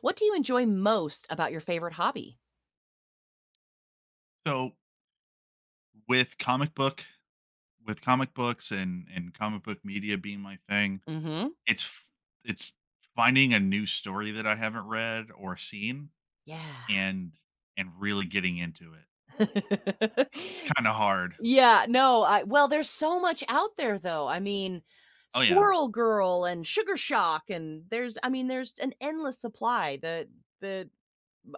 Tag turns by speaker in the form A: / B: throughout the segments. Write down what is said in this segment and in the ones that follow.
A: What do you enjoy most about your favorite hobby?
B: So with comic book with comic books and comic book media being my thing,
A: Mhm.
B: it's f- it's finding a new story that I haven't read or seen
A: Yeah.
B: and and really getting into it because it's kind of hard.
A: Yeah, no, I well, there's so much out there, though. I mean,
B: Oh yeah.
A: Squirrel Girl and Sugar Shock, and there's I mean, there's an endless supply. The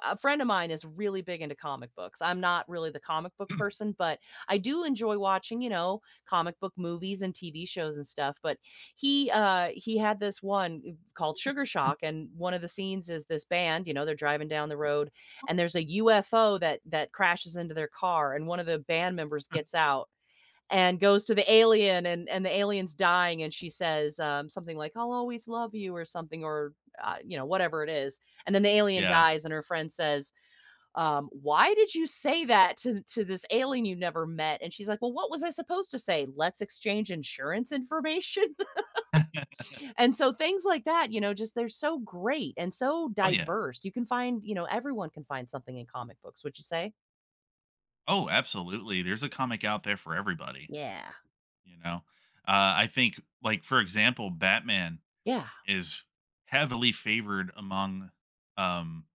A: a friend of mine is really big into comic books. I'm not really the comic book person, but I do enjoy watching, you know, comic book movies and TV shows and stuff. But he had this one called Sugar Shock, and one of the scenes is this band, you know, they're driving down the road, and there's a UFO that crashes into their car, and one of the band members gets out and goes to the alien, and the alien's dying, and she says, something like, "I'll always love you," or something. Or you know, whatever it is. And then the alien
B: Yeah.
A: dies and her friend says, "Why did you say that to, this alien you never met?" And she's like, "Well, what was I supposed to say? Let's exchange insurance information." And so things like that, you know, just they're so great and so
B: Oh yeah.
A: diverse. You can find, you know, everyone can find something in comic books, would you say?
B: Oh, absolutely. There's a comic out there for everybody,
A: yeah
B: you know. I think like, for example, Batman
A: yeah
B: is heavily favored among um,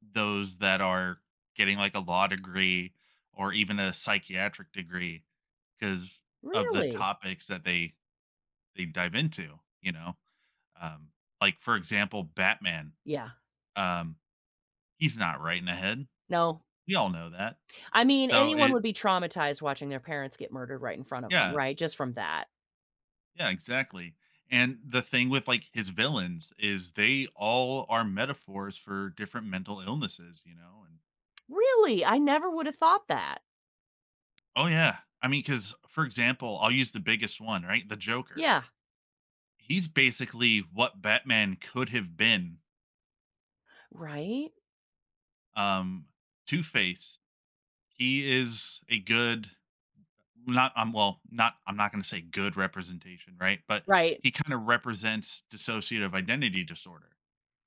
B: those that are getting like a law degree or even a psychiatric degree because of the
A: Really?
B: topics that they dive into, you know. um, like for example, Batman,
A: Yeah,
B: um, he's not right in the head,
A: no,
B: we all know that.
A: I mean,
B: So
A: anyone
B: it's,
A: would be traumatized watching their parents get murdered right in front of them,
B: yeah,
A: right? Just from that.
B: yeah, exactly. And the thing with like his villains is they all are metaphors for different mental illnesses, you know. And
A: Really? I never would have thought that.
B: oh yeah. I mean, because for example, I'll use the biggest one, right? The Joker.
A: Yeah.
B: He's basically what Batman could have been.
A: Right?
B: Um, Two Face. He is a good, not well, not, I'm not going to say good representation, right? But
A: Right.
B: he kind of represents dissociative identity disorder.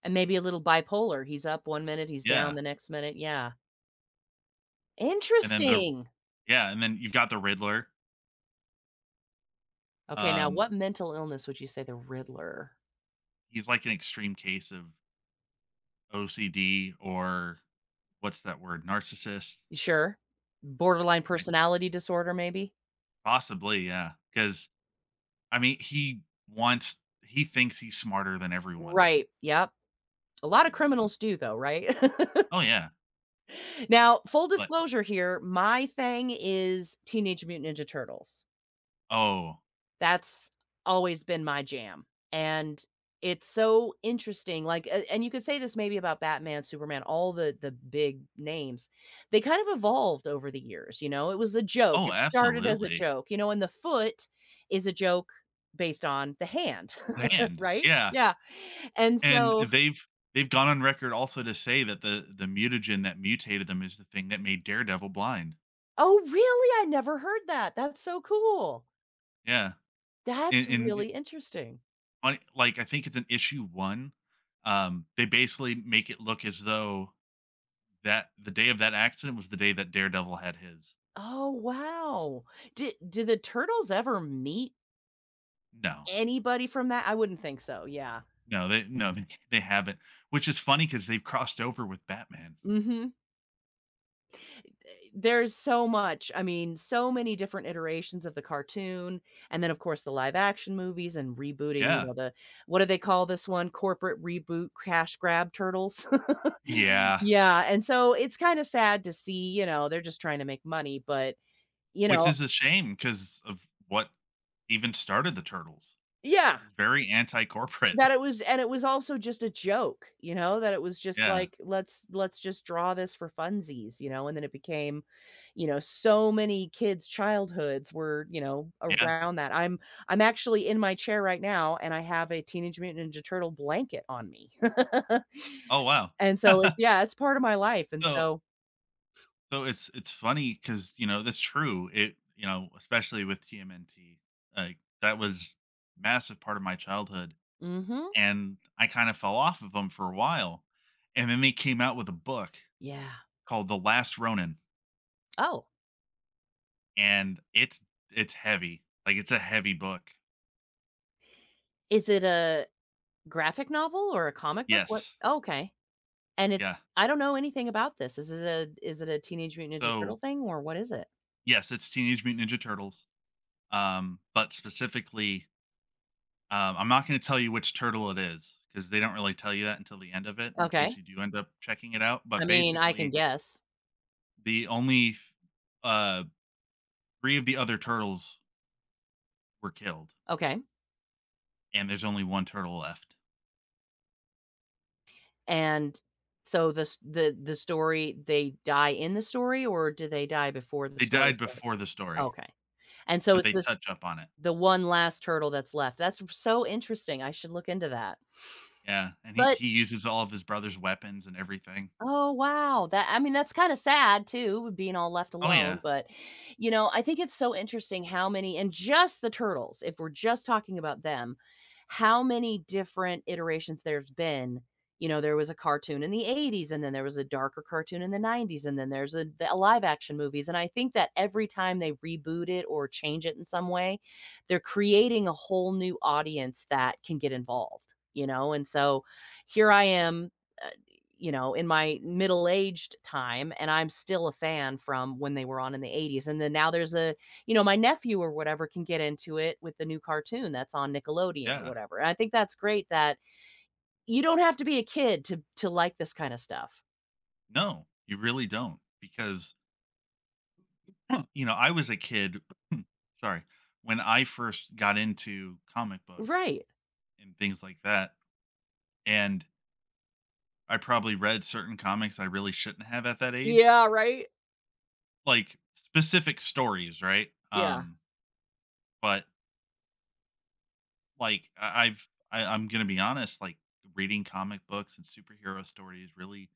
A: And maybe a little bipolar. He's up 1 minute, he's down
B: Yeah,
A: the next minute. Yeah.
B: and then the
A: Interesting.
B: yeah, and then you've got the Riddler.
A: Okay, now
B: Um,
A: what mental illness would you say the Riddler
B: he's like an extreme case of OCD or what's that word? Narcissist.
A: You sure? Borderline personality disorder, maybe?
B: Possibly, yeah, because I mean, he wants, he thinks he's smarter than everyone,
A: Right. Yep. A lot of
B: you know?
A: criminals do, though, right?
B: Oh, yeah,
A: Now, full
B: but
A: disclosure here, my thing is Teenage Mutant Ninja Turtles.
B: oh,
A: That's always been my jam, and it's so interesting, like a and you could say this maybe about Batman, Superman, all the big names. They kind of evolved over the years, you know? It was a joke.
B: oh,
A: It started as a
B: absolutely.
A: joke, you know, and the foot is a joke based on the hand,
B: Banned,
A: right?
B: yeah,
A: Yeah, and
B: and
A: so
B: they've gone on record also to say that the mutagen that mutated them is the thing that made Daredevil blind.
A: Oh, really? I never heard that. That's so cool.
B: Yeah,
A: That's
B: in
A: really interesting.
B: on, like, I think it's an issue 1, they basically make it look as though that the day of that accident was the day that Daredevil had his.
A: Oh, wow. Did the turtles ever meet
B: No.
A: anybody from that? I wouldn't think so, yeah.
B: No, they no, they haven't, which is funny because 'cause they've crossed over with Batman.
A: Mhm. Eh, there's so much. I mean, so many different iterations of the cartoon, and then of course the live action movies and rebooting, you
B: Yeah.
A: know, the what do they call this one? Corporate reboot cash grab turtles.
B: Yeah,
A: Yeah, and so it's kind of sad to see, you know, they're just trying to make money, but, you
B: which
A: know
B: is a shame because of what even started the Turtles.
A: Yeah.
B: It was very anti-corporate.
A: That it was, and it was also just a joke, you know, that it was just
B: Yeah,
A: like, "Let's just draw this for funsies," you know, and then it became, you know, so many kids' childhoods were, you know,
B: yeah.
A: around that. I'm actually in my chair right now, and I have a Teenage Mutant Ninja Turtle blanket on me.
B: Oh, wow.
A: And so it's yeah, it's part of my life, and
B: So
A: so
B: so it's funny because, you know, that's true. It, you know, especially with TMNT, like, that was massive part of my childhood,
A: mhm,
B: and I kind of fell off of them for a while, and then they came out with a book
A: yeah.
B: called The Last Ronin.
A: Oh,
B: And it's heavy. Like, it's a heavy book.
A: is it a graphic novel or a comic book? What
B: Yes.
A: okay. And
B: Yeah.
A: it's I don't know anything about this. Is it a Teenage Mutant Ninja
B: So,
A: Turtle thing, or what is it?
B: yes, it's Teenage Mutant Ninja Turtles, but specifically, I'm not gonna tell you which turtle it is because they don't really tell you that until the end of it, in case
A: Okay.
B: you do end up checking it out,
A: I
B: but
A: mean, I can
B: basically,
A: guess.
B: the only f uh, 3 of the other turtles were killed,
A: Okay.
B: and there's only 1 turtle left.
A: And so the the story, they die in the story, or do they die before the
B: They
A: story
B: died
A: starts?
B: before the story,
A: Okay. And so
B: but
A: it's
B: they
A: this
B: touch up on it.
A: the one last turtle that's left. That's so interesting. I should look into that.
B: Yeah, and
A: But
B: he uses all of his brother's weapons and everything.
A: Oh, wow. That I mean, that's kinda sad too, being all left
B: Oh,
A: alone,
B: yeah.
A: but, you know, I think it's so interesting how many and just the turtles, if we're just talking about them, how many different iterations there's been. You know, there was a cartoon in the '80s, and then there was a darker cartoon in the '90s, and then there's a the live action movies, and I think that every time they reboot it or change it in some way, they're creating a whole new audience that can get involved, you know, and so here I am, uh you know, in my middle-aged time, and I'm still a fan from when they were on in the '80s, and then now there's a you know, my nephew or whatever can get into it with the new cartoon that's on Nickelodeon or
B: Yeah.
A: whatever, and I think that's great that you don't have to be a kid to like this kinda stuff.
B: No, you really don't because, you know, I was a kid, sorry, when I first got into comic books
A: Right.
B: and things like that, and I probably read certain comics I really shouldn't have at that age,
A: Yeah, right?
B: like specific stories, right?
A: Yeah.
B: But like I'm gonna be honest, like reading comic books and superhero stories really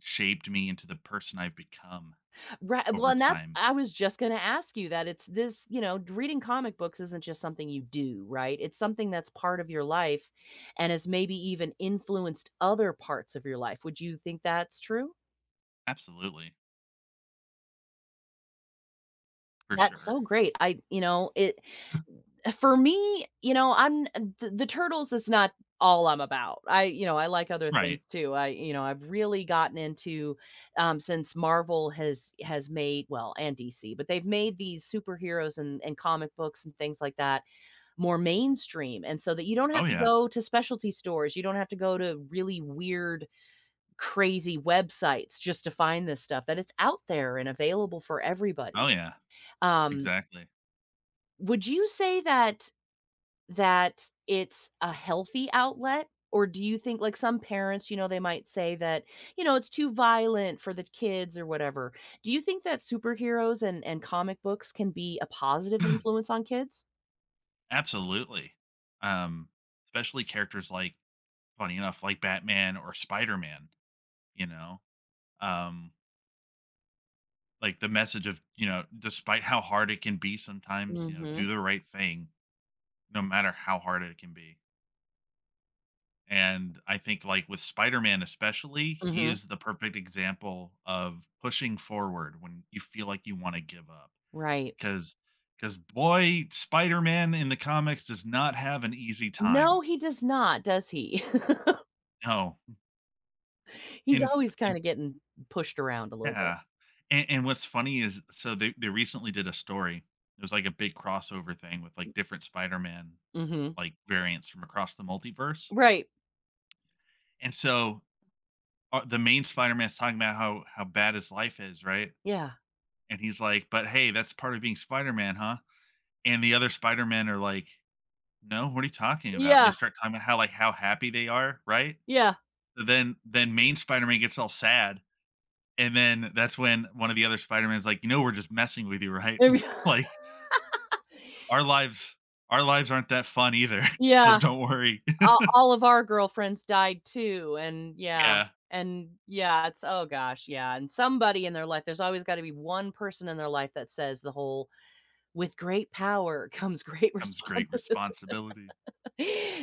B: shaped me into the person I've become
A: Right, well,
B: over
A: and that's
B: time.
A: I was just gonna ask you that it's this, you know, reading comic books isn't just something you do, right? It's something that's part of your life and has maybe even influenced other parts of your life. Would you think that's true?
B: Absolutely, for
A: That's
B: sure.
A: so great. I you know, it for me, you know, I'm the, turtles is not all I'm about. I, you know, I like other things
B: Right.
A: too. I, you know, I've really gotten into since Marvel has made well and DC, but they've made these superheroes and comic books and things like that more mainstream, and so that you don't
B: Oh
A: have to
B: yeah.
A: go to specialty stores, you don't have to go to really weird, crazy websites just to find this stuff. That it's out there and available for everybody.
B: Oh yeah.
A: Um,
B: Exactly.
A: would you say that it's a healthy outlet? Or do you think like some parents, you know, they might say that, you know, it's too violent for the kids or whatever. Do you think that superheroes and comic books can be a positive influence on kids?
B: Absolutely. Um, especially characters like, funny enough, like Batman or Spider-Man, you know? Um, like the message of, you know, despite how hard it can be sometimes, you know,
A: Mhm,
B: do the right thing no matter how hard it can be. And I think like with Spider-Man especially, he
A: mhm,
B: is the perfect example of pushing forward when you feel like you want to give up.
A: right.
B: Cause Because boy, Spider-Man in the comics does not have an easy
A: No,
B: time.
A: he does not, does he?
B: No.
A: He's
B: And f
A: always kinda
B: in
A: getting pushed around a little bit.
B: Yeah, and what's funny is, so they recently did a story. It was like a big crossover thing with, like, different Spider-Man,
A: Mhm.
B: like, variants from across the multiverse,
A: Right.
B: and so, the main Spider-Man's talking about how bad his life is, right?
A: Yeah.
B: And he's like, "But hey, that's part of being Spider-Man, huh?" And the other Spider-Men are like, "No, what are you talking about?" And they
A: Yeah,
B: start talking about how, like, how happy they are, right?
A: yeah.
B: So then main Spider-Man gets all sad. And then that's when one of the other Spider-Man's like, you know, we're just messing with you, right? Like our lives, our lives aren't that fun either. So
A: Yeah.
B: don't worry.
A: All of our girlfriends died too,
B: Yeah.
A: and yeah, it's oh gosh, yeah, and somebody in their life, there's always gotta be one person in their life that says the whole, "With great power comes great
B: Comes great
A: responsibility."
B: responsibility.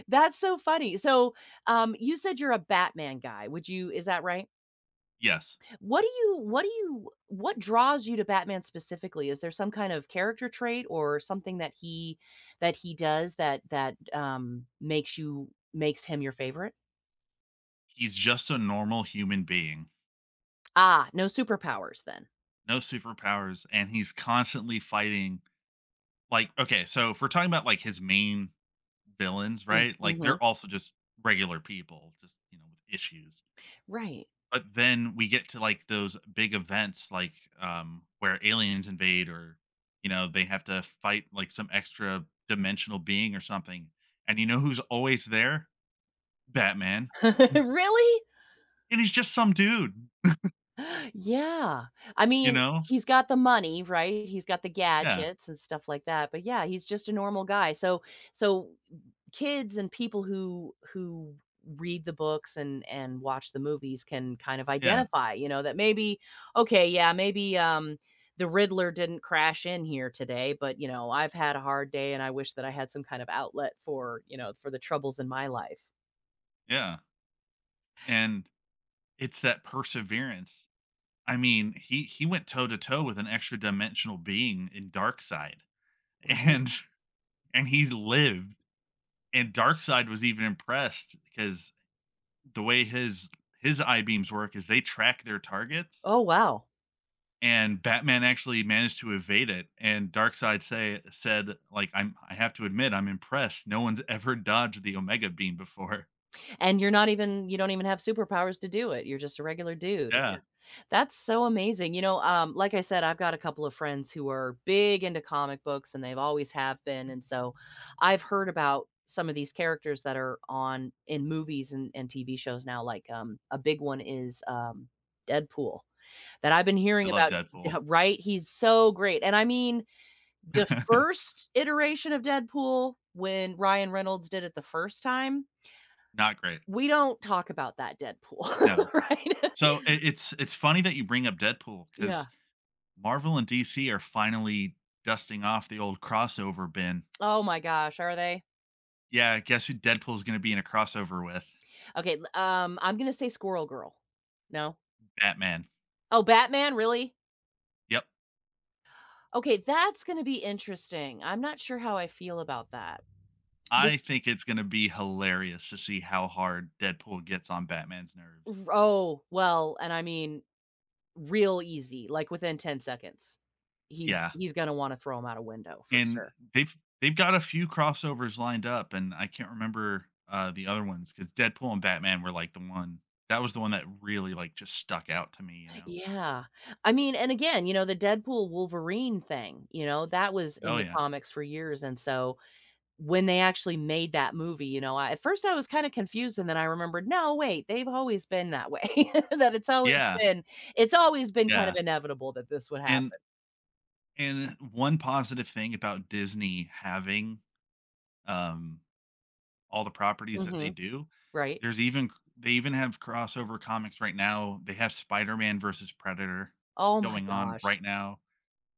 A: That's so funny. So, you said you're a Batman guy, would you is that right?
B: Yes.
A: What do you what do you what draws you to Batman specifically? Is there some kind of character trait or something that he does that makes you makes him your favorite?
B: He's just a normal human being.
A: Ah, no superpowers then.
B: No superpowers. And he's constantly fighting. Like, okay, so if we're talking about like his main villains,
A: Mm,
B: right? Like
A: mhm.
B: they're also just regular people, just, you know, with issues.
A: Right.
B: But then we get to, like, those big events, like, where aliens invade or, you know, they have to fight, like, some extra dimensional being or something, and you know who's always there? Batman,
A: Really?
B: and he's just some dude,
A: Yeah. I
B: you
A: mean,
B: know?
A: he's got the money, right? He's got the
B: Yeah,
A: gadgets and stuff like that, but yeah, he's just a normal guy. So so kids and people who read the books and watch the movies can kind of
B: yeah,
A: identify, you know, that maybe, okay, yeah, maybe, the Riddler didn't crash in here today, but, you know, I've had a hard day and I wish that I had some kind of outlet for, you know, for the troubles in my life.
B: yeah, and it's that perseverance. I mean, he went toe to toe with an extra dimensional being in Darkseid,
A: Right.
B: and and he lived, and Darkseid was even impressed because the way his I-beams work is they track their targets,
A: Oh, wow.
B: and Batman actually managed to evade it. And Darkseid say said, like, I have to admit, I'm impressed. No one's ever dodged the Omega beam before.
A: And you're not even you don't even have superpowers to do it. You're just a regular dude.
B: Yeah,
A: Yeah. That's so amazing. You know, like I said, I've got a couple of friends who are big into comic books and they've always have been. And so I've heard about some of these characters that are on in movies and TV shows now. Like a big one is Deadpool that I've been
B: I
A: hearing
B: love
A: about,
B: Deadpool.
A: right? He's so great. And I mean, the first iteration of Deadpool when Ryan Reynolds did it the first time,
B: Not great.
A: We don't talk about that Deadpool,
B: No.
A: right?
B: So it's funny that you bring up Deadpool
A: Yeah.
B: cuz Marvel and DC are finally dusting off the old crossover bin.
A: Oh my gosh, are they?
B: Yeah, guess who Deadpool's going to be in a crossover with?
A: Okay, l I'm gonna say Squirrel Girl. No?
B: Batman.
A: Oh, Batman, really?
B: Yep.
A: Okay, that's gonna be interesting. I'm not sure how I feel about that. Be
B: I think it's gonna be hilarious to see how hard Deadpool gets on Batman's nerves.
A: oh, well, and I mean, real easy, like within 10 seconds. He's
B: Yeah,
A: he's gonna wanna throw him out a window for
B: and
A: sure.
B: they've got a few crossovers lined up, and I can't remember, the other ones because Deadpool and Batman were, like, the one that was the one that really, like, just stuck out to me, you know?
A: Yeah. I mean, and again, you know, the Deadpool Wolverine thing, you know, that was in
B: Oh,
A: the
B: yeah.
A: comics for years, and so When they actually made that movie, you know, I at first I was kinda confused, and then I remembered, "No, wait, they've always been that way." That
B: Yeah,
A: it's always been kind of
B: yeah,
A: inevitable that this would
B: and
A: happen.
B: one positive thing about Disney having, um, all the properties that they
A: Mhm.
B: do.
A: Right.
B: There's even They even have crossover comics right now. They have Spider-Man versus Predator
A: Oh my
B: going on
A: gosh.
B: right now.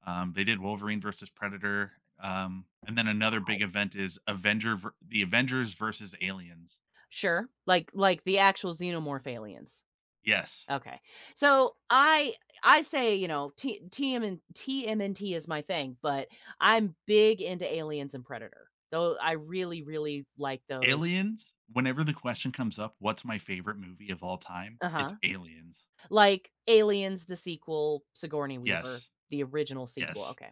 B: They did Wolverine versus Predator, and then another big event is the Avengers versus Aliens.
A: Sure. Like the actual xenomorph aliens.
B: Yes,
A: Okay. So, I say, you know, T TMN TMNT is my thing, but I'm big into Aliens and Predator. Though I really, really like those.
B: Aliens. Whenever the question comes up, what's my favorite movie of all time? It's
A: Uh-huh.
B: Aliens.
A: Like Aliens, the sequel, Sigourney Weaver,
B: Yes,
A: the original sequel,
B: yes,
A: okay.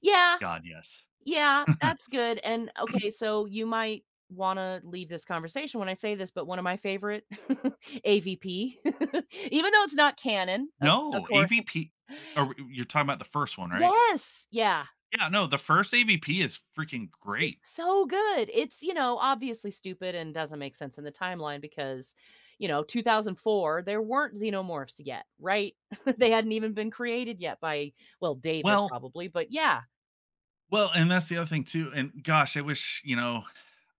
A: Yeah,
B: God, yes.
A: yeah, that's good, and okay, so you might wanna leave this conversation when I say this, but one of my favorite, AVP, even though it's not canon, of
B: No,
A: course.
B: AVP. Or you're talking about the first one, right?
A: Yes! Yeah,
B: Yeah, no, the first AVP is freaking
A: it's
B: great.
A: so good. It's, you know, obviously stupid and doesn't make sense in the timeline because, you know, 2004, there weren't xenomorphs yet, right? They hadn't even been created yet by well, David
B: Well
A: probably, but yeah.
B: well, and that's the other thing too, and gosh, I wish, you know,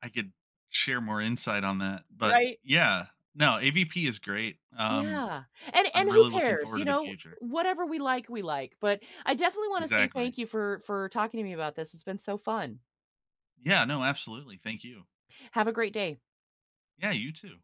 B: I could share more insight on that, but
A: Right?
B: yeah, no, AVP is great.
A: Yeah, and
B: I'm
A: who
B: really looking
A: cares,
B: forward
A: you
B: to the
A: know?
B: future.
A: Whatever we like, but I definitely wanna say thank
B: Exactly.
A: you for talking to me about this. It's been so fun.
B: Yeah, no, absolutely, thank you.
A: Have a great day.
B: Yeah, you too.